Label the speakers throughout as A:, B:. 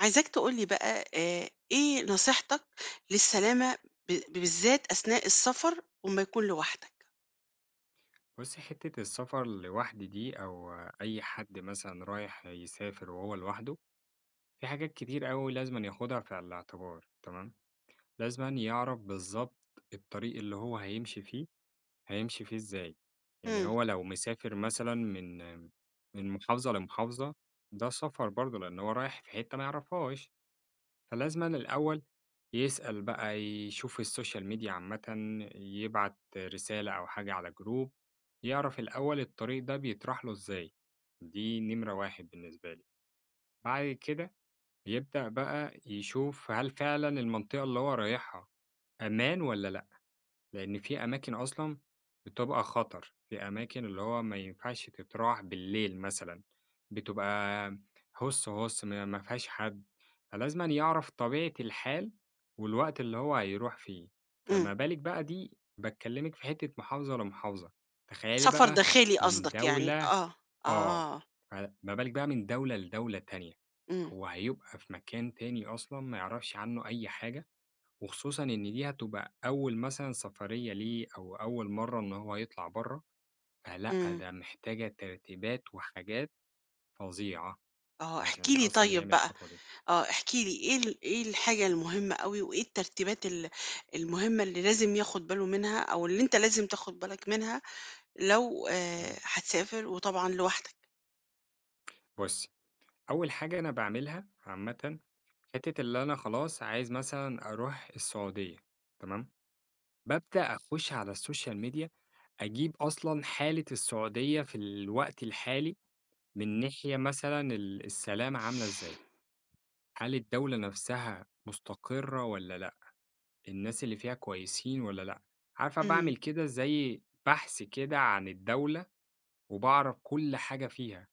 A: عايزاك تقول لي بقى إيه نصيحتك للسلامة بالذات أثناء السفر وأمّا يكون لوحدك؟
B: بُصّي، حتّة السفر لوحدي دي أو أي حد مثلًا رايح يسافر وهو لوحده، في حاجات كتير أوي لازمًا ياخدها في الاعتبار، تمام. لازمًا يعرف بالضبط الطريق اللي هو هيمشي فيه، هيمشي فيه إزاي، يعني
A: إمم،
B: هو لو مسافر مثلًا من محافظة لمحافظة، ده سفر برضه لأن هو رايح في حتّة ما يعرفهاش، فلازمًا الأول يسأل بقى، يشوف السوشيال ميديا عامةً، يبعت رسالة أو حاجة على جروب، يعرف الأول الطريق ده بيطرح له إزاي، دي نمرة 1 بالنسبة لي. بعد كده يبدأ بقى يشوف هل فعلًا المنطقة اللي هو رايحها أمان والّا، لإن في أماكن أصلًا بتبقى خطر، في أماكن اللي هو ما ينفعش تتراح بالليل مثلًا، بتبقى هُس، هُس ما فيهاش حد، فلازمًا يعرف طبيعة الحال والوقت اللي هو هيروح فيه،
A: إمم،
B: فما بالِك بقى دي باكلمِك في حتة محافظة لمحافظة، تخيلي
A: سفر
B: بقى
A: داخلي
B: من
A: قصدك يعني،
B: دولة،
A: آه،
B: آه،
A: آه،
B: فما بالِك بقى من دولة لدولة تانية،
A: إمم،
B: هو هيبقى في مكان تاني أصلًا ما يعرفش عنه أي حاجة. وخصوصًا إن دي هتبقى أول مثلًا سفرية ليه أو أول مرّة إن هو يطلع برّه، فلأ
A: إمم،
B: ده محتاجة ترتيبات وحاجات فظيعة
A: آه، احكِ
B: عشان
A: لي
B: أصلًا
A: طيب
B: يعمل
A: بقى.
B: الخطوة دي.
A: آه، احكِ لي إيه إيه الحاجة المهمة أوي وإيه الترتيبات المهمة اللي لازم ياخد باله منها أو اللي أنت لازم تاخد بالك منها لو
B: إمم.
A: هتسافر وطبعًا لوحدك؟
B: بُصّي، أول حاجة أنا باعملها عامةً، حتّة اللي أنا خلاص عايز مثلًا أروح السعودية، تمام. بابدأ أخُش على السوشيال ميديا، أجيب أصلًا حالة السعودية في الوقت الحالي من ناحية مثلًا السلامة عاملة إزاي، هل الدولة نفسها مستقرة والّا لأ؟ الناس اللي فيها كويسين والّا لأ، عارفة
A: إمم،
B: باعمل كده زي بحث كده عن الدولة، وباعرف كل حاجة فيها،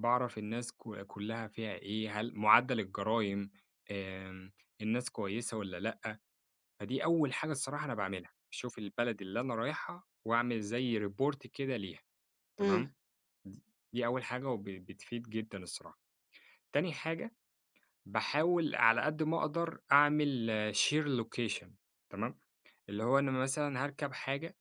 B: باعرف الناس كلّها فيها إيه، هل معدل الجرايم، آمم، الناس كويسة والّا لأ، فدي أول حاجة الصراحة أنا باعملها، أشوف البلد اللي أنا رايحها وأعمل زي report كده ليها،
A: إمم،
B: تمام. د دي أول حاجة وب بتفيد جدًا الصراحة. تاني حاجة باحاول على قد ما أقدر أعمل share location، تمام. اللي هو أنا مثلًا هاركب حاجة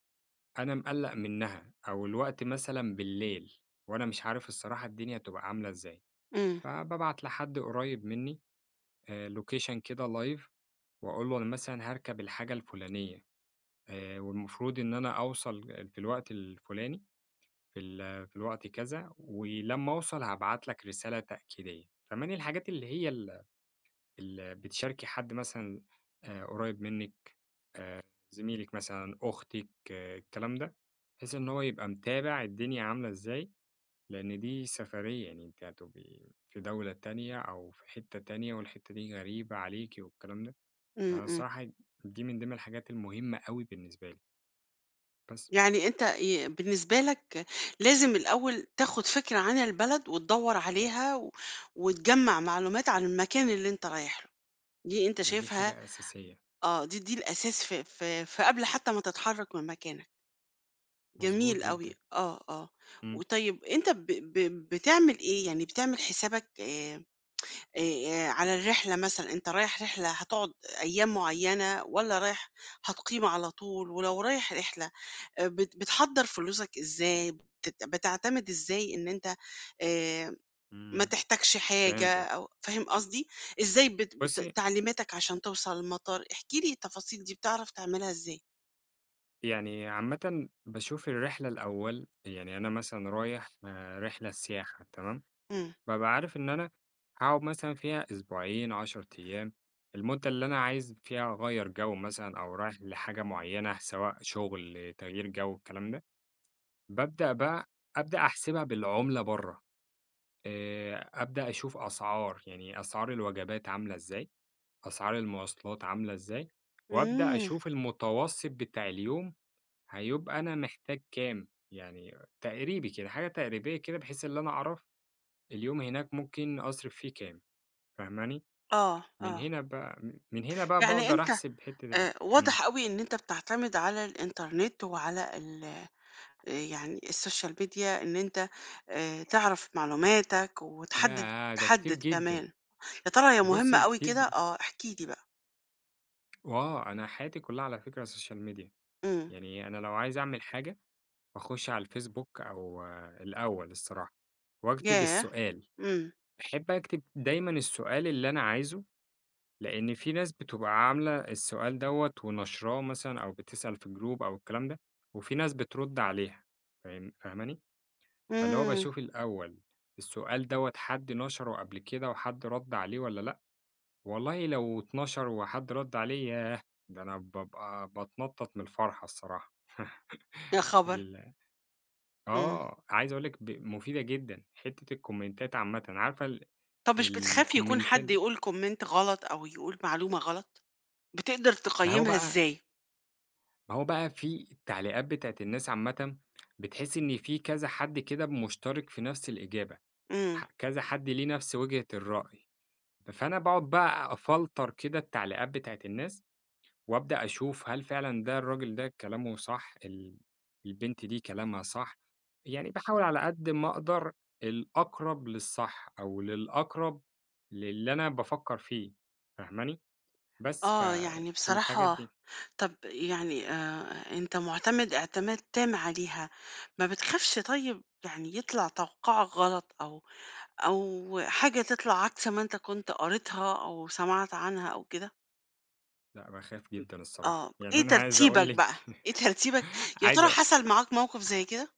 B: أنا مقلّق منّها أو الوقت مثلًا بالليل، وأنا مش عارف الصراحة الدنيا هتبقى عاملة إزاي،
A: إمم،
B: فبابعت لحد قريّب منّي location كده live، وأقول له أنا مثلًا هاركب الحاجة الفلانية، والمفروض إن أنا أوصل في الوقت الفلاني، في الوقت كذا، ولمّا أوصل هابعت لك رسالة تأكيدية، فاهماني؟ الحاجات اللي هي ال ال بتشاركي حد مثلًا قريب منِّك، آآ زميلِك مثلًا، أختِك، آه، الكلام ده؟ بحيث إن هو يبقى متابع الدنيا عاملة إزاي، لإن دي سفرية، يعني أنتِ هتبقي في دولة تانية أو في حتة تانية والحتة دي غريبة عليكِ والكلام ده.
A: إمم،
B: أنا
A: إمم.
B: الصراحة دي من ضمن الحاجات المهمة أوي بالنسبة لي، بس.
A: يعني أنت بالنسبة لك لازم الأول تاخد فكرة عن البلد وتدوّر عليها وتجمّع معلومات عن المكان اللي أنت رايح له، دي أنت
B: دي
A: شايفها
B: حاجة أساسية.
A: آه، دي الأساس في قبل حتى ما تتحرّك من مكانك، جميل
B: مضبوط
A: أوي،
B: جدًا.
A: آه، آه.
B: إمم،
A: وطيب أنت ب ب بتعمل إيه، يعني بتعمل حسابك على الرحلة مثلًا، أنت رايح رحلة هتقعد أيام معيّنة والّا رايح هتقيم على طول، ولو رايح رحلة بت بتحضّر فلوسك إزاي، بتعتمد إزاي إن أنت آآ ما
B: إمم،
A: تحتاجش حاجة
B: فهمتِك.
A: أو فاهم قصدي؟ إزاي بت بت
B: بُصي،
A: تعليماتك عشان توصل المطار، احكِ لي التفاصيل دي بتعرف تعملها إزاي؟
B: يعني عامةً باشوف الرحلة الأول، يعني أنا مثلًا رايح رحلة سياحة، تمام.
A: إمم.
B: بابقى عارف إن أنا هاقعد مثلًا فيها أسبوعين، 10 أيام، المدة اللي أنا عايز فيها أغيّر جو مثلًا أو رايح لحاجة معيّنة سواء شغل، تغيير جو، الكلام ده. بابدأ بقى أبدأ أحسبها بالعملة برّه، أبدأ أشوف أسعار، يعني أسعار الوجبات عاملة إزاي، أسعار المواصلات عاملة إزاي، وأبدأ
A: إمم.
B: أشوف المتوسط بتاع اليوم هيبقى أنا محتاج كام؟ يعني تقريبي كده، حاجة تقريبية كده، بحيث اللي أنا أعرف اليوم هناك ممكن أصرف فيه كام، فاهماني؟
A: آه،
B: من
A: آه.
B: هنا بقى م من هنا بقى
A: يعني
B: باقدر
A: أنت
B: أحسب حتّة ال،
A: واضح
B: إمم.
A: أوي إن أنت بتعتمد على الإنترنت وعلى ال يعني السوشيال ميديا إن أنت تعرف معلوماتك وتحدد،
B: ياه! ده كتير
A: تحدد
B: جدًا.
A: كمان. يا ترى هي مهمة
B: بُصّي
A: أوي
B: كتير
A: كده؟
B: جدًا.
A: آه، احكِ لي بقى.
B: وآه، أنا حياتي كلّها على فكرة سوشيال ميديا.
A: إمم.
B: يعني أنا لو عايز أعمل حاجة باخُش على الفيسبوك أو آه، الأول الصراحة واكتب
A: ياه!
B: السؤال.
A: إمم.
B: باحب أكتب دايمًا السؤال اللي أنا عايزه، لإن في ناس بتبقى عاملة السؤال دوّة ونشراه مثلًا أو بتسأل في الجروب أو الكلام ده، وفي ناس بترُد عليها، فاهماني؟ فاللي هو
A: إمم.
B: باشوف الأول السؤال دوّة حد نشره قبل كده وحد رَد عليه والّا لأ؟ والله لو اتنشر وحد رَد عليه ياه! ده أنا بابقى باتنطط من الفرحة الصراحة.
A: يا خبر!
B: ال
A: إمم.
B: آه، عايز أقول لِك مفيدة جدًا، حتّة الكومنتات عامةً، عارفة ال،
A: طَب مش بتخافي يكون
B: الكومنتات،
A: حد يقول comment غلط أو يقول معلومة غلط؟ بتقدر
B: ما هو
A: تقيّمها
B: بقى
A: إزاي؟
B: ما هو بقى في التعليقات بتاعة الناس عامةً، بتحسّي إن في كذا حد كده مشترك في نفس الإجابة،
A: إمم.
B: كذا حد ليه نفس وجهة الرأي، فأنا باقعد بقى أفلتر كده التعليقات بتاعة الناس، وأبدأ أشوف هل فعلًا ده الراجل ده كلامه صح، البنت دي كلامها صح، يعني باحاول على قد ما أقدر الأقرب للصح أو للأقرب للي أنا بافكّر فيه، فاهماني؟ بس،
A: آه. يعني
B: فالحاجات
A: بصراحة،
B: دي.
A: طَب يعني أنت مُعتمد اعتماد تام عليها، ما بتخافش طيب يعني يطلع توقُّعك غلط أو أو حاجة تطلع عكس ما أنت كنت قريتها أو سمعت عنها أو كده؟
B: لأ، باخاف
A: م
B: جدًا الصراحة،
A: آه.
B: يعني
A: إيه
B: أنا عايز أقول
A: ترتيبك بقى؟
B: لِك،
A: إيه ترتيبك؟ يا
B: عايز
A: ترى
B: أ
A: حصل معاك موقف زي كده؟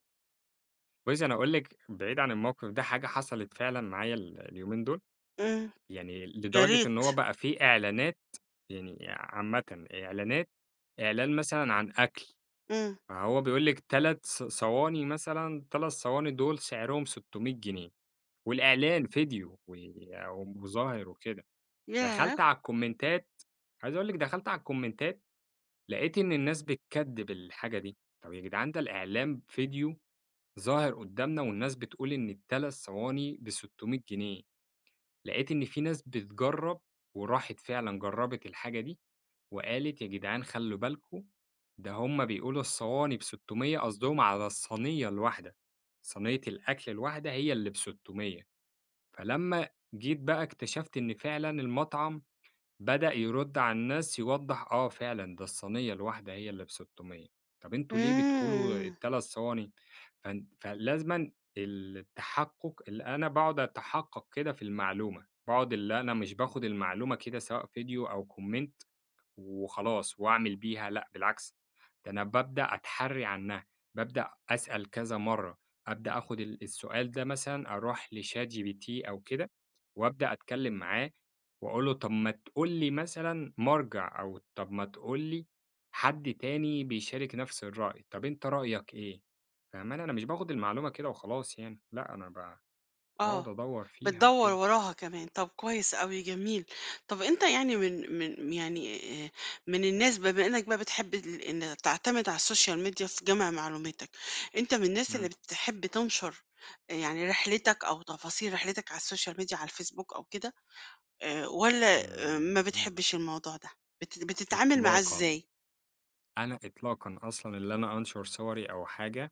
B: بُصّي أنا أقول لِك بعيد عن الموقف ده حاجة حصلت فعلًا معايا اليومين دول،
A: إمم.
B: يعني
A: يا
B: لدرجة إن
A: ريت.
B: هو بقى في إعلانات، يعني عامةً إعلانات، إعلان مثلًا عن أكل،
A: إمم.
B: فهو بيقول لِك 3 صواني مثلًا، 3 صواني دول سعرهم 600 جنيه، والإعلان فيديو ومظاهر وكده،
A: ياه!
B: دخلت على الكومنتات، عايز أقول لِك دخلت على الكومنتات، لقيت إن الناس بتكدّب الحاجة دي، طب يا جدعان ده الإعلان فيديو ظاهر قدّامنا، والناس بتقول إن ال3 صواني ب600 جنيه، لقيت إن في ناس بتجرّب وراحت فعلًا جرّبت الحاجة دي، وقالت يا جدعان خلّوا بالكم، ده هُم بيقولوا الصواني ب600 قصدهم على الصينية الواحدة، صينية الأكل الواحدة هي اللي ب600، فلمّا جيت بقى اكتشفت إن فعلًا المطعم بدأ يرد على الناس، يوضّح آه فعلًا ده الصينية الواحدة هي اللي ب600، طَب أنتم ليه بتقولوا
A: إمم.
B: ال3 صواني؟ فلازمًا التحقُّق اللي أنا باقعد أتحقّق كده في المعلومة، باقعد اللي أنا مش باخد المعلومة كده سواء فيديو أو comment وخلاص وأعمل بيها، لأ بالعكس، ده أنا بابدأ أتحرّي عنّها، بابدأ أسأل كذا مرّة، أبدأ آخُد السؤال ده مثلًا، أروح لChatGPT أو كده وأبدأ أتكلّم معاه وأقول له طَب ما تقول لي مثلًا مَرجَع، أو طَب ما تقول لي حد تاني بيشارك نَفْس الرأي، طَب أنت رأيك إيه؟ فاهماني؟ أنا مش باخُد المعلومة كده وخلاص يعني، لأ أنا
A: آه.
B: باقعُد أدوّر فيها
A: بتدوّر
B: وكده.
A: وراها كمان. طب كويس أوي، جميل. طب أنت يعني من يعني آآ من الناس بما إنّك بقى بتحب إن تعتمد على السوشيال ميديا في جمع معلوماتك، أنت من الناس اللي
B: إمم.
A: بتحب تنشر يعني رحلتك أو تفاصيل رحلتك على السوشيال ميديا على الفيسبوك أو كده والّا
B: إمم،
A: ما
B: إمم،
A: بتحبش الموضوع ده؟ بتتعامل معاه
B: إطلاقًا.
A: إزاي؟
B: أنا إطلاقًا أصلًا اللي أنا أنشر صوري أو حاجة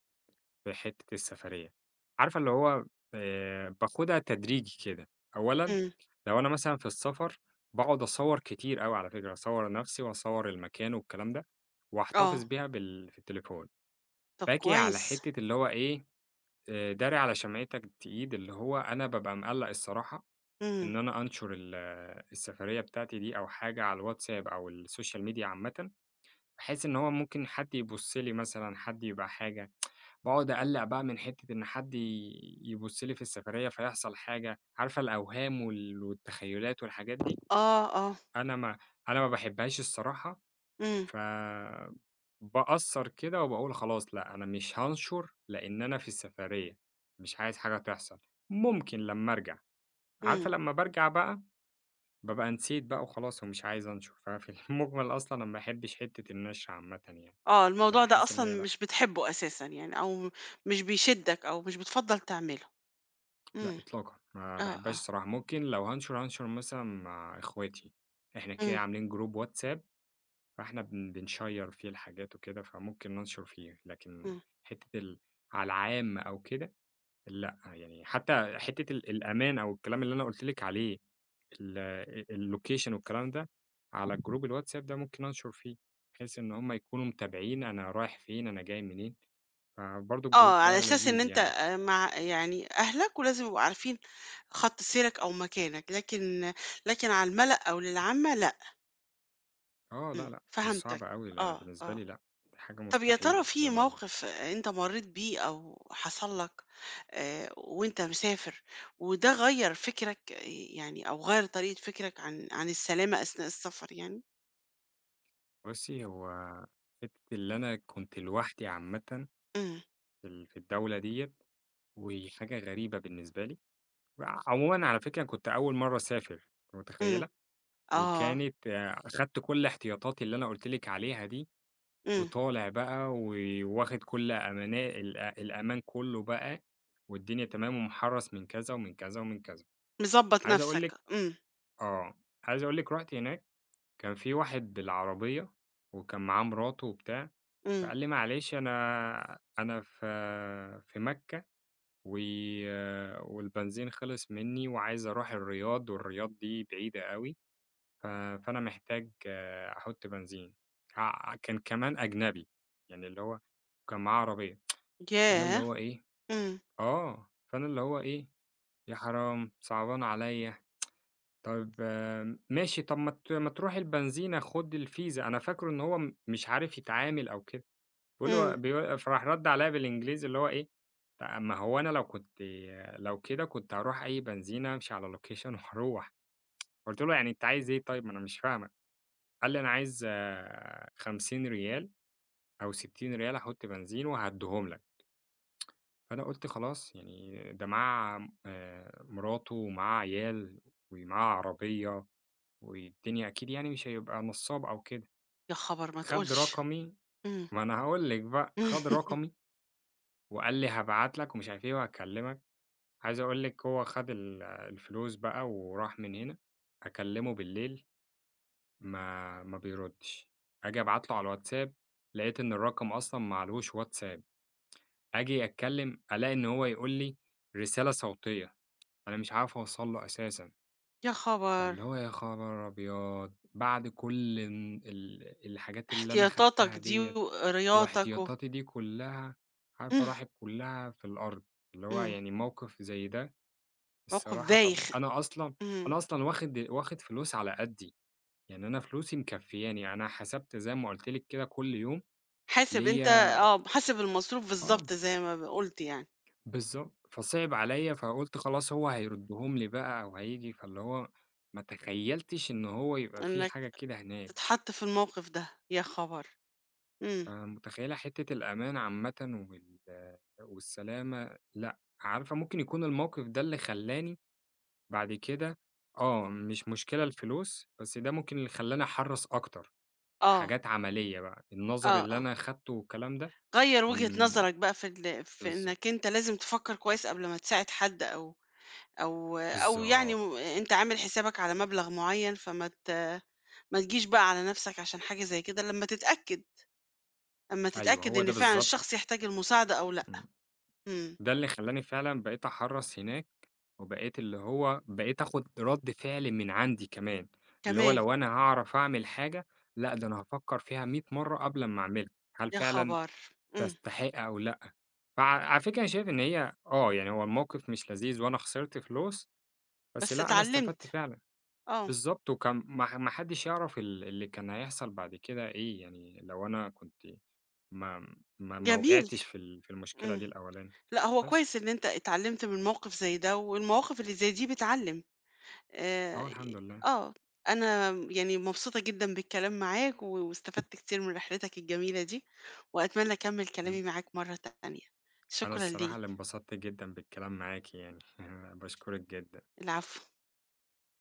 B: في حتة السفرية، عارفة اللي هو باخدها تدريجي كده، أولًا
A: إمم.
B: لو أنا مثلًا في السفر باقعد أصور كتير أوي على فكرة، أصور نفسي وأصور المكان والكلام ده، وأحتفظ
A: آه.
B: بيها في التليفون،
A: طب
B: باجي على
A: كويس.
B: حتة اللي هو إيه، داري على شمعتك تقيد، اللي هو أنا بابقى مقلّق الصراحة
A: إمم.
B: إن أنا أنشر السفرية بتاعتي دي أو حاجة على الواتساب أو السوشيال ميديا عامةً. باحس إن هو ممكن حد يبُص لي مثلًا، حد يبقى حاجة، باقعد أقلّق بقى من حتّة إن حد يبُص لي في السفرية فيحصل حاجة، عارفة الأوهام والتخيلات والحاجات دي،
A: آه، آه.
B: أنا ما أنا ما باحبهاش الصراحة،
A: إمم،
B: ف، باقصّر كده وباقول خلاص لأ، أنا مش هانشُر لإن أنا في السفرية، مش عايز حاجة تحصل، ممكن لمّا أرجع،
A: إمم.
B: عارفة لمّا بارجع بقى بابقى نسيت بقى وخلاص، ومش عايز أنشُر، ففي المُجمل أصلًا أنا ما باحبش حتّة النشر عامةً يعني،
A: آه، الموضوع ده
B: باحس إن
A: أصلًا
B: هي لأ.
A: مش بتحبه أساسًا يعني، أو مش بيشدّك أو مش بتفضّل تعمله.
B: لأ
A: إمم.
B: إطلاقًا، ما
A: آه،
B: باحبهاش
A: آه.
B: الصراحة، ممكن لو هانشر، هانشر مثلًا مع إخواتي، إحنا كده
A: إمم،
B: عاملين جروب واتساب، فإحنا بنشيّر فيه الحاجات وكده، فممكن ننشر فيه، لكن
A: إمم.
B: حتّة ال، على العام أو كده لأ، يعني حتى حتّة الأمان أو الكلام اللي أنا قُلت لِك عليه، ال ال الlocation والكلام ده، على جروب الواتساب ده ممكن أنشر فيه، بحيث إن هُم يكونوا متابعين أنا رايح فين، أنا جاي منين، فبرضه الجروب
A: آه، على
B: ده
A: أساس إن
B: لذيذ
A: أنت
B: يعني.
A: مع يعني أهلك ولازم يبقوا عارفين خَط سيرك أو مكانك، لكن لكن على المَلأ أو للعامة لأ.
B: آه، لأ،
A: إمم،
B: لأ،
A: فهمتك.
B: صعب أوي، لأ،
A: آه،
B: بالنسبة
A: آه.
B: لي لأ، دي حاجة
A: طب يا ترى
B: مستحيلة إن
A: في
B: أنا أعمل.
A: موقف أنت مرّيت بيه أو حصل لك وأنت مسافر، وده غيّر فكرك آه، يعني أو غيّر طريقة فكرك عن السلامة أثناء السفر يعني؟
B: بُصّي، هو حتّة اللي أنا كنت لوحدي عامةً
A: إمم،
B: في ال في الدولة ديّة، وهي حاجة غريبة بالنسبة لي، عمومًا على فكرة كنت أول مرّة أسافر، أنتِ
A: إمم،
B: متخيّلة؟
A: آه،
B: وكانت آه، أخدت كل احتياطاتي اللي أنا قُلت لِك عليها دي،
A: إمم،
B: وطالع بقى وواخد كل أمانا الأمان كلّه بقى، والدنيا تمام ومحرّص من كذا، ومن كذا، ومن كذا.
A: مضبّط
B: عايز أقول
A: نَفْسك،
B: لِك
A: إمم،
B: آه، عايز أقول لِك رُحت هناك، كان في واحد بالعربية وكان معاه مراته وبتاع،
A: إمم،
B: فقال لي: "معلش أنا في في مكة، و والبنزين خلص منّي وعايز أروح الرياض، والرياض دي بعيدة أوي، فأنا محتاج آه، أحُط بنزين." كان كمان أجنبي، يعني اللي هو كان معاه عربية، فأنا اللي
A: ياه!
B: هو إيه،
A: إمم،
B: آه، فأنا اللي هو إيه، يا حرام صعبان عليّا. طيب آمم، ماشي، طب ما تروح البنزينة خُد الفيزا، أنا فاكره إن هو مش عارف يتعامل أو كده، باقول له
A: إمم،
B: فراح رَد عليّا بالإنجليزي اللي هو إيه، ما هو أنا لو كنت، لو كده كنت هاروح أي بنزينة أمشي على location وهاروح، قُلت له: "يعني أنت عايز إيه طيب، ما أنا مش فاهمك." قال لي: "أنا عايز 50 ريال أو 60 ريال أحُط بنزين وهادّيهم لك." فأنا قُلت خلاص يعني ده معاه مراته ومعاه عيال ومعاه عربية. والدنيا أكيد يعني مش هيبقى نصّاب أو كده،
A: يا خبر ما
B: خَد
A: تقولش!
B: رقمي،
A: إمم،
B: ما أنا هاقول لِك بقى، خَد رقمي وقال لي هابعت لك ومش عارف إيه وهاكلّمك، عايز أقول لِك هو خَد الفلوس بقى وراح من هنا، أكلّمه بالليل ما بيردّش، آجي أبعت له على الواتساب لقيت إن الرقم أصلًا ما عليهوش واتساب، آجي أتكلّم ألاقي إن هو يقول لي رسالة صوتية، أنا مش عارف أوصل له أساسًا.
A: يا خبر!
B: فاللي هو يا خبر أبيض! بعد كل إن الحاجات اللي أنا
A: احتياطاتك
B: خدتها
A: دي
B: ديّة
A: وقراياتك و
B: واحتياطاتي دي كلّها، عارفة
A: إمم،
B: راحت كلّها في الأرض، اللي هو
A: إمم،
B: يعني موقف زي ده
A: موقف
B: الصراحة. طَب
A: بايخ،
B: أنا أصلًا،
A: إمم.
B: أنا أصلًا واخد فلوس على قدّي، يعني أنا فلوسي مكفّياني، يعني أنا حسبت زي ما قُلت لِك كده كل يوم
A: حاسب أنت
B: ليّا،
A: آه، حاسب المصروف
B: آه،
A: بالضبط زي ما قُلت يعني،
B: بالضبط، فصِعِب عليّا فقُلت خلاص هو هيردّهم لي بقى أو هييجي، فاللي هو ما تخيّلتش إن هو يبقى في
A: إنّك
B: حاجة كده هناك.
A: تتحط في الموقف ده، يا خبر! إمم،
B: متخيّلة حتّة الأمان عامةً والسلامة لأ، عارفة ممكن يكون الموقف ده اللي خلّاني بعد كده، آه، مش مشكلة الفلوس، بس ده ممكن اللي خلّاني أحرّص أكتر،
A: آه،
B: حاجات عملية بقى، النَظَر
A: آه،
B: اللي
A: آه،
B: أنا خدته والكلام ده،
A: غيّر وجهة
B: إمم،
A: نظرك بقى في
B: بالضبط،
A: إنّك أنت لازم تفكّر كويس قبل ما تساعد حد أو أو أو يعني
B: بالضبط،
A: أنت عامل حسابك على مبلغ معيّن، فما ت ما تجيش بقى على نَفْسك عشان حاجة زي كده لمّا تتأكد، أمّا
B: أيوه
A: تتأكد
B: هو
A: إن
B: ده
A: فعلًا
B: بالضبط،
A: الشخص يحتاج المساعدة أو لأ.
B: إمم.
A: إمم،
B: ده اللي خلّاني فعلًا بقيت أحرّص هناك، وبقيت اللي هو بقيت آخُد رَد فعل من عندي كمان، اللي هو
A: كمان،
B: لو أنا هاعرف أعمل حاجة، لأ ده أنا هافكّر فيها 100 مرّة قبل أمّا أعملها، هل
A: يا
B: فعلًا
A: خبر! إمم،
B: تستحق أو لأ؟ على فكرة أنا شايف إن هي آه، يعني هو الموقف مش لذيذ وأنا خسرت فلوس، بس
A: بس
B: لأ أنا استفدت
A: اتعلّمت،
B: فعلًا.
A: آه،
B: بالضبط، وكان ما حدّش يعرف اللي كان هيحصل بعد كده إيه، يعني لو أنا كنت ما
A: جميل،
B: وقعتش في ال في المشكلة
A: إمم.
B: دي الأولاني.
A: لأ، هو
B: بس،
A: كويس إن أنت اتعلّمت من موقف زي ده، والمواقف اللي زي دي بتعلّم. آآ،
B: أهو الحمد لله.
A: آه، أنا يعني مبسوطة جدًا بالكلام معاك، واستفدت كتير من رحلتك الجميلة دي، وأتمنى أكمّل
B: إمم.
A: كلامي معاك مرّة تانية.
B: أنا
A: شكرًا
B: الصراحة
A: ليك،
B: اللي انبسطت جدًا بالكلام معاكِ يعني، باشكرِك جدًا.
A: العفو.